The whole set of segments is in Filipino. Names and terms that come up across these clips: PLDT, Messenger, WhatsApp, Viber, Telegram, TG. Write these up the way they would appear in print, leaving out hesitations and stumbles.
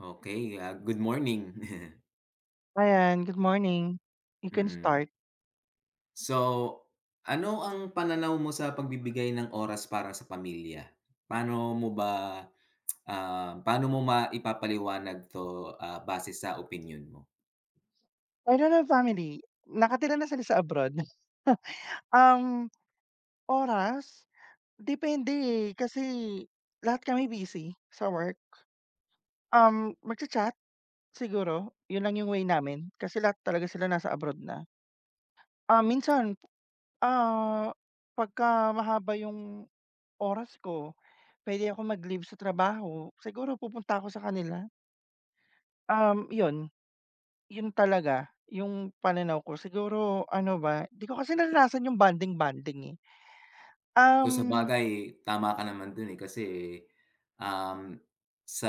Okay, good morning. Ayan, good morning. You can Mm. start. So, ano ang pananaw mo sa pagbibigay ng oras para sa pamilya? Paano mo ba, paano mo maipapaliwanag 'to, base sa opinion mo? Paano ng family? Nakatira na sila sa abroad? Um, Oras? Depende, eh, kasi lahat kami busy sa work. Magcha-chat siguro, 'yun lang 'yung way namin kasi lahat talaga sila nasa abroad na. Ah, minsan, ah, pagka mahaba 'yung oras ko, pwede akong mag-leave sa trabaho, siguro pupunta ako sa kanila. 'Yun. Yun talaga, yung pananaw ko siguro ano ba, di ko kasi naranasan yung bonding-bonding, eh. Kung Um, sabagay tama ka naman dun, eh, kasi, um, sa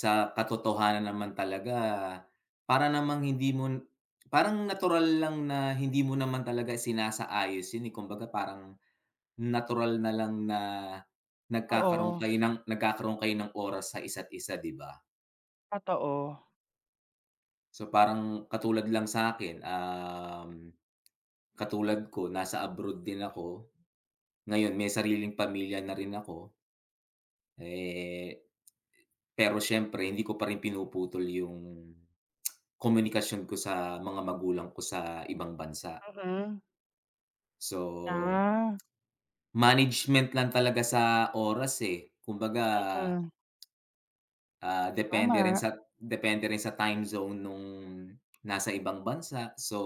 sa katotohanan naman talaga para namang hindi mo parang natural lang na hindi mo naman talaga sinasaayos yun, eh. Kumbaga parang natural na lang na nagkakaroon Oo, kayo ng nagkakaroon kayo ng oras sa isa't isa, 'di ba? totoo. So, parang katulad lang sa'kin, katulad ko nasa abroad din ako, ngayon may sariling pamilya na rin ako, eh, pero siyempre hindi ko pa rin pinuputol yung komunikasyon ko sa mga magulang ko sa ibang bansa. Mm. So, Ah, management lang talaga sa oras, eh. Kumbaga, mm. Depende rin Tama, sa depende rin sa time zone nung nasa ibang bansa. So,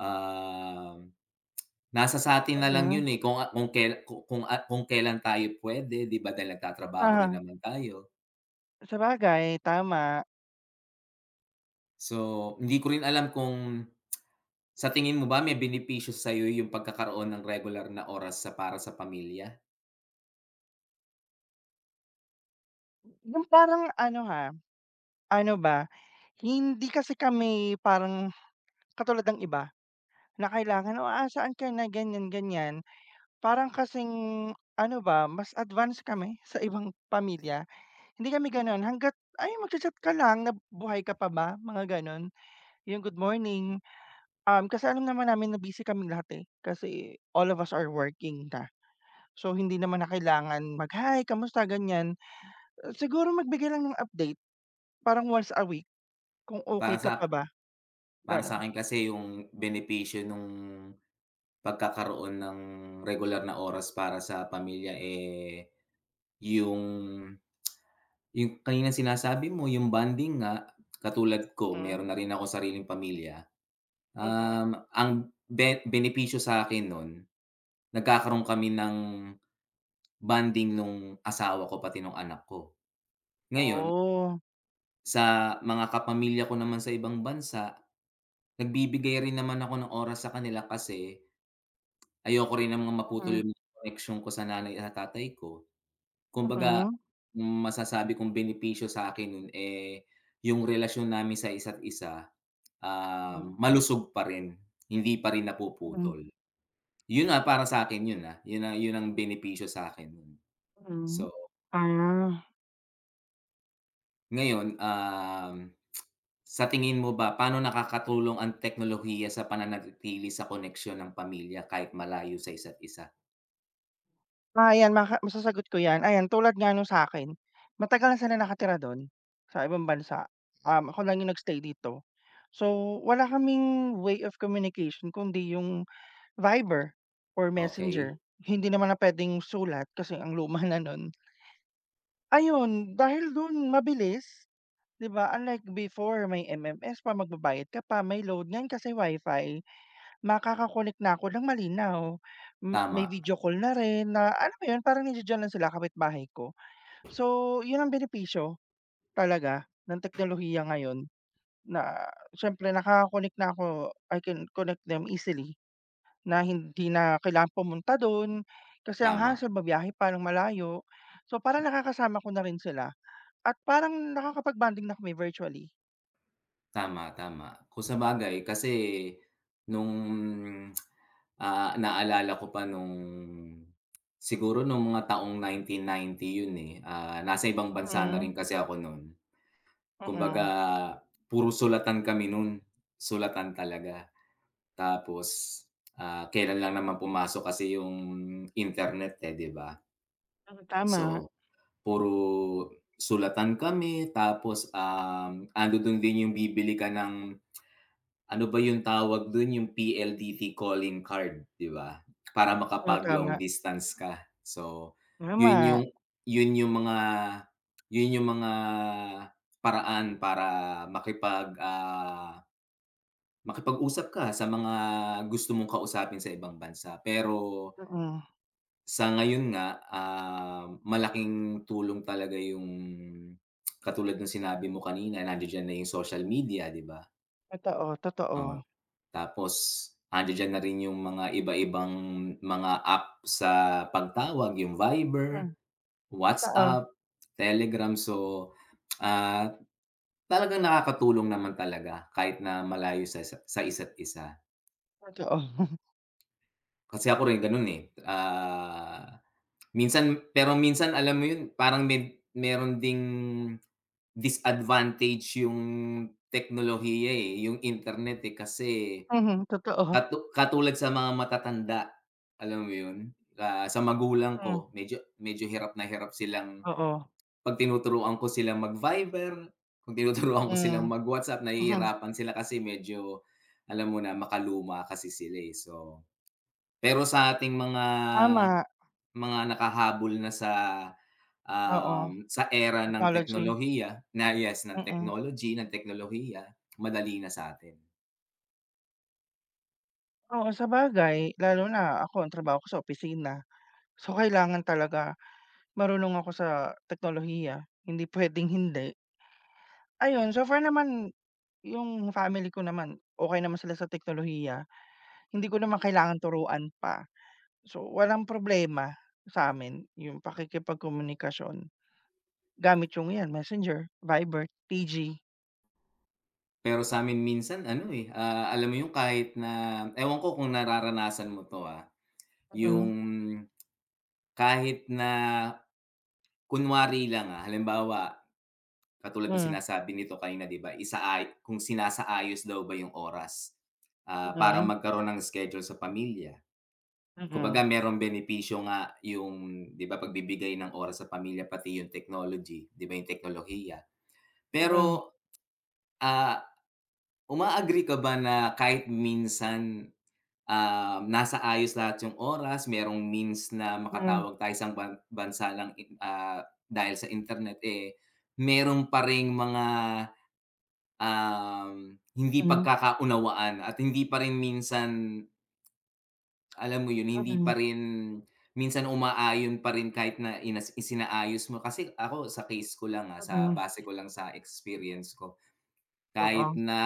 um, nasa sa'tin na lang mm. 'yun, eh, kung a kung kela ku kung at kung kelan tayo puwede, 'di ba, dahil nagtatrabaho rin Ah, naman tayo. sabagay tama. So, hindi ko rin alam kung sa tingin mo ba may benepisyo sa'yo yung pagkakaroon ng regular na oras para sa pamilya? Yung parang ano, ha, ano ba, hindi kasi kami parang katulad ng iba na kailangan, "O, aasaan ka na?" ganyan, ganyan. Parang kasing ano ba, mas advanced kami sa ibang pamilya. Hindi kami gano'n hangga't, "Ay magcha-chat ka lang, nab buhay ka pa ba?" Mga gano'n. Yung good morning, kasi alam naman namin na busy kaming lahat, eh, kasi all of us are working na. So, hindi naman na kailangan mag-hi, kamusta, ganyan. Siguro magbigay lang ng update parang once a week kung okey Para ka pa sa ba, para gano'n. sa'kin kasi yung benepisyo nung pagkakaroon ng regular na oras para sa pamilya, eh, yung yung kaninang sinasabi mo, yung bonding nga, katulad ko Mm, meron na rin akong sariling pamilya. mm. Ang benepisyo sa akin nun, nagkakaroon kami ng bonding nung asawa ko pati nung anak ko. Ngayon, Oh, sa mga kapamilya ko naman sa ibang bansa, nagbibigay rin naman ako ng oras sa kanila kasi ayoko rin namang maputol mm, yung connection ko sa nanay at tatay ko. Kumbaga, mm, masasabi kong benepisyo sa akin nun, eh, yung relasyon namin sa isa't isa, mm, malusog pa rin, hindi pa rin mm, napuputol. Yun nga para sa akin yun, yun ang benepisyo sa akin nun. mm. So, Ah. ngayon, sa tingin mo ba paano nakakatulong ang teknolohiya sa pananatili sa koneksyon ng pamilya kahit malayo sa isa't isa? Ah, ayan maka masasagot ko 'yan. Ayan, tulad nga nung sa'kin, matagal na sila nakatira do'n sa ibang bansa. Ako lang yung nag-stay dito. So, wala kaming way of communication kundi yung Viber or Okay, Messenger. Hindi naman na puwedeng sulat kasi ang luma na no'n. Ayun, dahil do'n mabilis, 'di ba, unlike before may MMS pa, magbabayad ka pa, may load, ngayon kasi Wi-Fi. Makaka-connect na ako ng malinaw. May tama, video call na rin na alam mo yun parang nandiya-diyan lang sila kapitbahay ko. So yun ang benepisyo talaga ng teknolohiya ngayon na siyempre nakaka-connect na ako, I can connect them easily na hindi na kailangan pumunta dun kasi ang tama. hassle babiyahe pa ng malayo. So parang nakakasama ko na rin sila at parang nakakapag-bonding na kami virtually. Tama, tama. Kung sa bagay kasi nung, naalala ko pa nung siguro nung mga taong 1990 yun, eh. Nasa ibang bansa na Mm, rin kasi ako nun. Kumbaga mm. puro sulatan kami nun, sulatan talaga. Tapos, kelan lang naman pumasok kasi yung internet, eh, 'di ba? Mm. So, Tama, puro sulatan kami tapos, andudun din yung bibili ka ng. Ano ba yung tawag dun, yung PLDT calling card, 'di ba? Para oo, makapag-long tama, distance ka. So, yun tama, yung yun yung mga yun yung mga paraan para makipag, ah, makipag-usap ka sa mga gusto mong kausapin sa ibang bansa. Pero mm. sa ngayon nga, malaking tulong talaga yung katulad ng sinabi mo kanina, nandidiyan na yung social media, 'di ba? Totoo, totoo. Oo. Tapos andidiyan na rin yung mga iba-ibang mga app sa pagtawag, yung Hmm, Viber, totoo, WhatsApp, Telegram. So, ah, talagang nakakatulong naman talaga kahit na malayo sa isa't isa. totoo. Kasi ako rin gano'n, eh, ah, minsan pero minsan alam mo yun parang meron ding disadvantage yung teknolohiya, eh, yung internet, eh, kasi Mhm, totoo. katulad sa mga matatanda, alam mo 'yun? Sa magulang Hmm, ko medyo medyo hirap na hirap silang oo. 'pag tinuturuan ko silang mag-Viber, kung tinuturuan ko Mm, silang mag-WhatsApp mhm, nahihirapan sila kasi medyo alam mo na makaluma kasi sila, eh, so pero sa ating mga tama, mga nakahabol na sa, oo, sa era ng technology, teknolohiya na yes, ng mm. technology, ng teknolohiya, madali na sa'tin. Oo, sabagay lalo na ako ang trabaho ko sa opisina. So, kailangan talaga marunong ako sa teknolohiya, hindi puwedeng hindi. Ayun, so far naman yung family ko naman, okey naman sila sa teknolohiya, hindi ko naman kailangan turuan pa. So, walang problema sa'min yung pakikipagkomunikasyon. Gamit yung 'yan Messenger, Viber, TG. Pero sa'min minsan ano, eh, alam mo yung kahit na ewan ko kung nararanasan mo 'to, yung Mm, kahit na kunwari lang, halimbawa katulad ng hmm, sinasabi nito kanina 'di ba, isaay kung sinasaayos daw ba yung oras, para mm, magkaroon ng schedule sa pamilya. mm, Kumbaga merong benepisyo nga yung 'di ba, pagbibigay ng oras sa pamilya pati yung technology, 'di ba, yung teknolohiya. mm, Pero, ah, uma-agree ka ba na kahit minsan nasa ayos lahat yung oras, merong means na mm, makatawag tayo sa bansa lang in dahil sa internet, eh, merong pa ring mga, hindi mm, pagkakaunawaan at hindi pa rin minsan, alam mo yun, hindi mm, pa rin minsan umaayon pa rin kahit na isinaayos mo. Kasi ako sa case ko lang, sa mm, base ko lang sa experience ko, oo, kahit na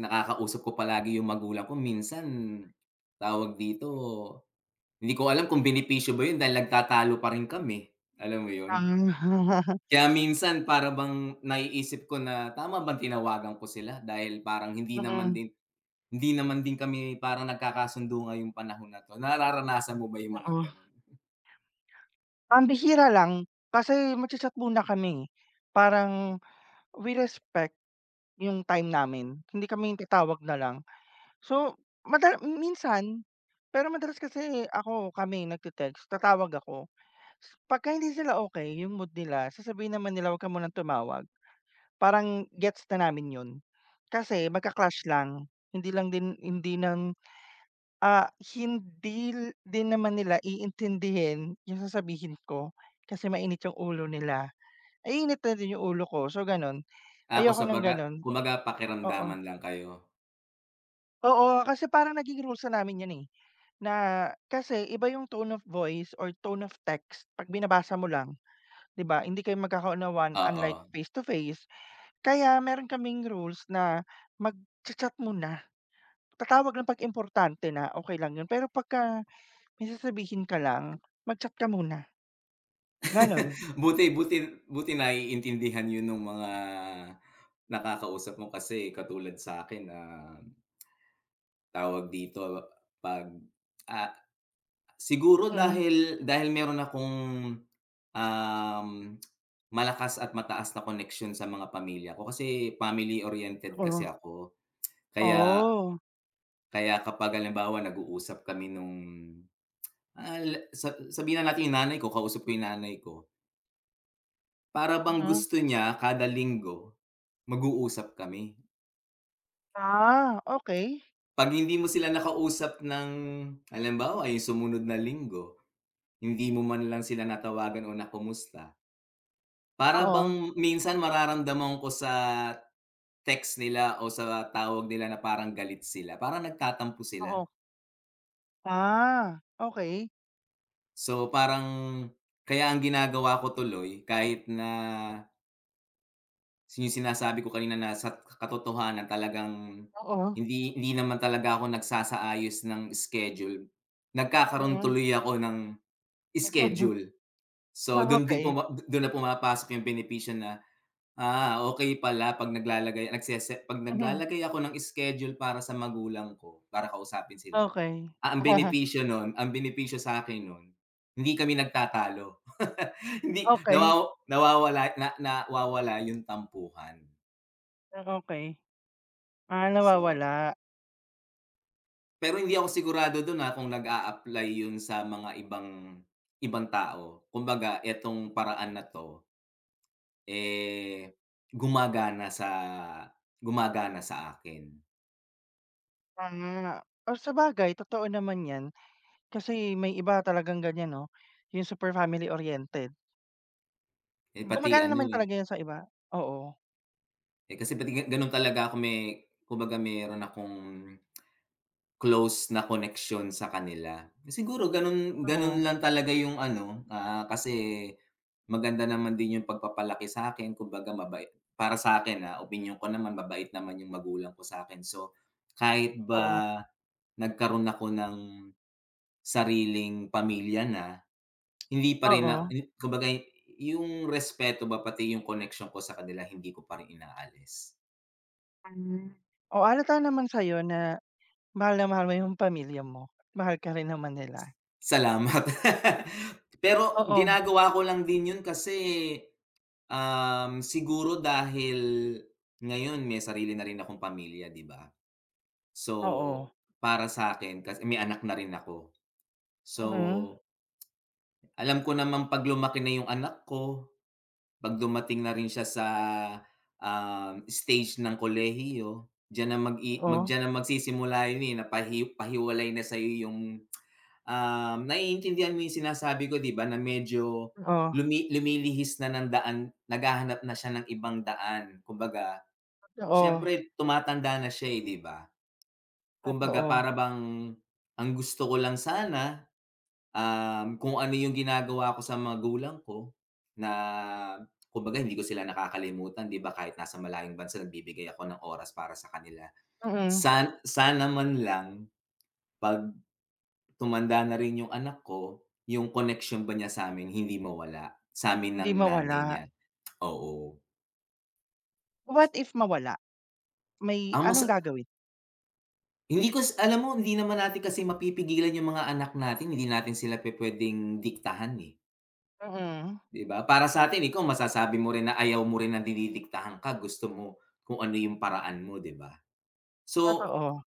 nakakausap ko palagi yung magulang ko minsan, tawag dito, hindi ko alam kung benepisyo ba yun dahil nagtatalo pa rin kami, alam mo yun? um, Kaya minsan para bang naiisip ko na tama bang tinawagan ko sila dahil parang hindi naman mm, din hindi naman din kami parang nagkakasundo ngayong panahon na 'to. Nararanasan mo ba yung mga oo. gano'n? Ang bihira lang kasi magcha-chat muna kami, eh. Parang we respect yung time namin, hindi kami yung tatawag na lang. So, madala minsan, pero madalas kasi ako kami nagte-text, tatawag ako. Pagka hindi sila okey yung mood nila, sasabihin naman nila, "Wag ka munang tumawag." Parang gets na namin 'yun. Kasi magka-clash lang, hindi lang din hindi ng ah, hindi din naman nila iintindihin yung sasabihin ko kasi mainit yung ulo nila. Ay init na din yung ulo ko, so gano'n. Ako Ayoko ng gano'n, kumbaga oo. pakiramdaman lang kayo, Oo, kasi parang naging rules na namin 'yun, eh, na kasi iba yung tone of voice or tone of text 'pag binabasa mo lang, 'di ba? Hindi kayo magkakaunawaan unlike oo. face to face. Kaya meron kaming rules na mag chat muna. Tatawag lang 'pag importante na, okey lang 'yun. Pero pagka may sasabihin ka lang, mag-chat ka muna, gano'n. Buti buti buti naiintindihan yun nung mga nakakausap mo kasi katulad sa'kin na tawag dito 'pag, ah siguro Mm, dahil dahil meron akong, um, malakas at mataas na connection sa mga pamilya ko kasi family oriented oo. kasi ako. Kaya Oh, kaya kapag halimbawa nag-uusap kami nung, la sa sabihin na natin yung nanay ko, kausap ko yung nanay ko. Para bang mhm. gusto niya kada linggo mag-uusap kami. Ah, okey. 'Pag hindi mo sila nakausap ng halimbawa yung sumunod na linggo, hindi mo man lang sila natawagan o nakumusta, para bang Oo, minsan mararamdaman ko sa text nila o sa tawag nila na parang galit sila, parang nagtatampo sila. oo. Ah, okey. So, parang kaya ang ginagawa ko tuloy kahit na yung sinasabi ko kanina na sa katotohanan talagang Oo, hindi hindi naman talaga ako nagsasaayos ng schedule, nagkakaroon mm. tuloy ako ng schedule. So, Ah, dun din okey. puma dun na pumapasok yung benepisyo na, okey pala 'pag naglalagay nagsese 'pag Mhm, naglalagay ako ng schedule para sa magulang ko, para kausapin sila, okey. Ang benepisyo sa'kin nun, hindi kami nagtatalo. Hindi Okey, nawawala yung tampuhan. ah, okey. Ah, So, nawawala. pero hindi ako sigurado dun, kung nag-a-apply yun sa mga ibang ibang tao. Kumbaga etong paraan na 'to, eh, gumagana sa gumagana sa akin. Ah, o sabagay totoo naman 'yan. Kasi may iba talagang ganiyan 'no, yung super family oriented. Eh, pati Gumagana naman ano, eh talaga 'yun sa iba. Oo, Eh, kasi pati gano'n talaga ako may kumbaga meron akong close na connection sa kanila. Siguro gano'n gano'n oo, lang talaga yung ano, kasi maganda naman din yung pagpapalaki sa akin kumbaga mabait para sa akin opinyon ko naman mabait naman yung magulang ko sa akin. So, kahit oo, ba nagkaroon ako ng sariling pamilya na, hindi pa rin na oo. kumbaga yung respeto ba pati yung connection ko sa kanila hindi ko pa rin inaalis. Hmm. Oh, halata naman sa'yo na mahal mo 'yung pamilya mo. Mahal ka rin naman nila. Salamat. Pero Oo, ginagawa ko lang din 'yun kasi, siguro dahil ngayon may sarili na rin akong pamilya, 'di ba? So, oo, para sa akin kasi may anak na rin ako. So, mm, alam ko naman 'pag lumaki na 'yung anak ko, 'pag dumating na rin siya sa, stage ng kolehiyo, oo, diyan na magsisimula 'yun, eh, na pahiwalay na sa 'yung. Naiintindihan mo yung sinasabi ko 'di ba na medyo oo, lumilihis na ng daan, naghahanap na siya ng ibang daan. Kumbaga, totoo, siyempre tumatanda na siya, eh, 'di ba? Kumbaga totoo, para bang, ang gusto ko lang sana, kung ano yung ginagawa ko sa magulang ko na kumbaga hindi ko sila nakakalimutan 'di ba kahit nasa malayong bansa nagbibigay ako ng oras para sa kanila. mm, Sana man lang 'pag tumanda na rin yung anak ko, yung connection ba niya sa'min hindi mawala, sa'min hindi ng nanay mawala. niya, oo. What if mawala, may Ang anong masa gagawin? hindi ko s alam mo hindi naman natin kasi mapipigilan yung mga anak natin, hindi natin sila pupuwedeng diktahan, eh, Mm, 'di ba? Para sa'tin ikaw masasabi mo rin na ayaw mo rin na dinidiktahan ka, gusto mo kung ano yung paraan mo, 'di ba? So, totoo,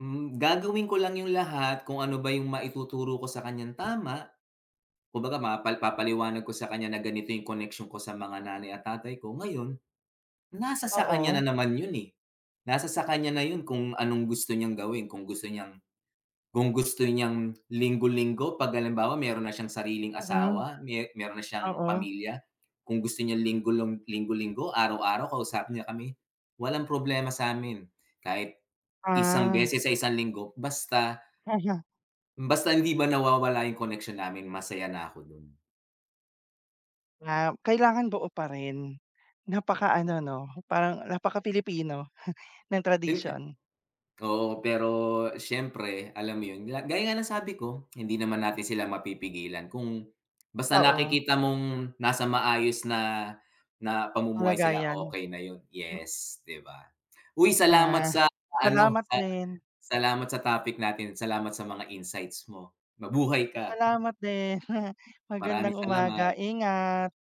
gagawin ko lang yung lahat kung ano ba yung maituturo ko sa kaniyang tama, kumbaga papaliwanag ko sa kaniya na ganito yung connection ko sa mga nanay at tatay ko. Ngayon, nasa sa kanya oo, na naman yun, eh. Nasa sa kanya na yun kung anong gusto niyang gawin, kung gusto niyang linggo-linggo 'pag halimbawa meron na siyang sariling mm, asawa, meron na siyang oo, pamilya, kung gusto niya linggo-linggo, araw-araw kausapin niya kami, walang problema sa amin. Kahit isang ah, beses sa isang linggo, basta basta hindi ba nawawala yung connection namin masaya na ako dun. ah, kailangan buo pa rin. Napakaano 'no, parang napaka-Pilipino. Ng Yun. tradisyon, Oo, pero siyempre alam mo 'yun, gaya nga ng sabi ko, hindi naman natin sila mapipigilan kung basta totoo, nakikita mong nasa maayos na na pamumuhay sila, kalagayan. okay na 'yun. Yes, 'di ba? Uy, Ah, ano, salamat sa din, salamat sa topic natin, salamat sa mga insights mo. Mabuhay ka. salamat din. Maraming Magandang umaga, salamat. ingat.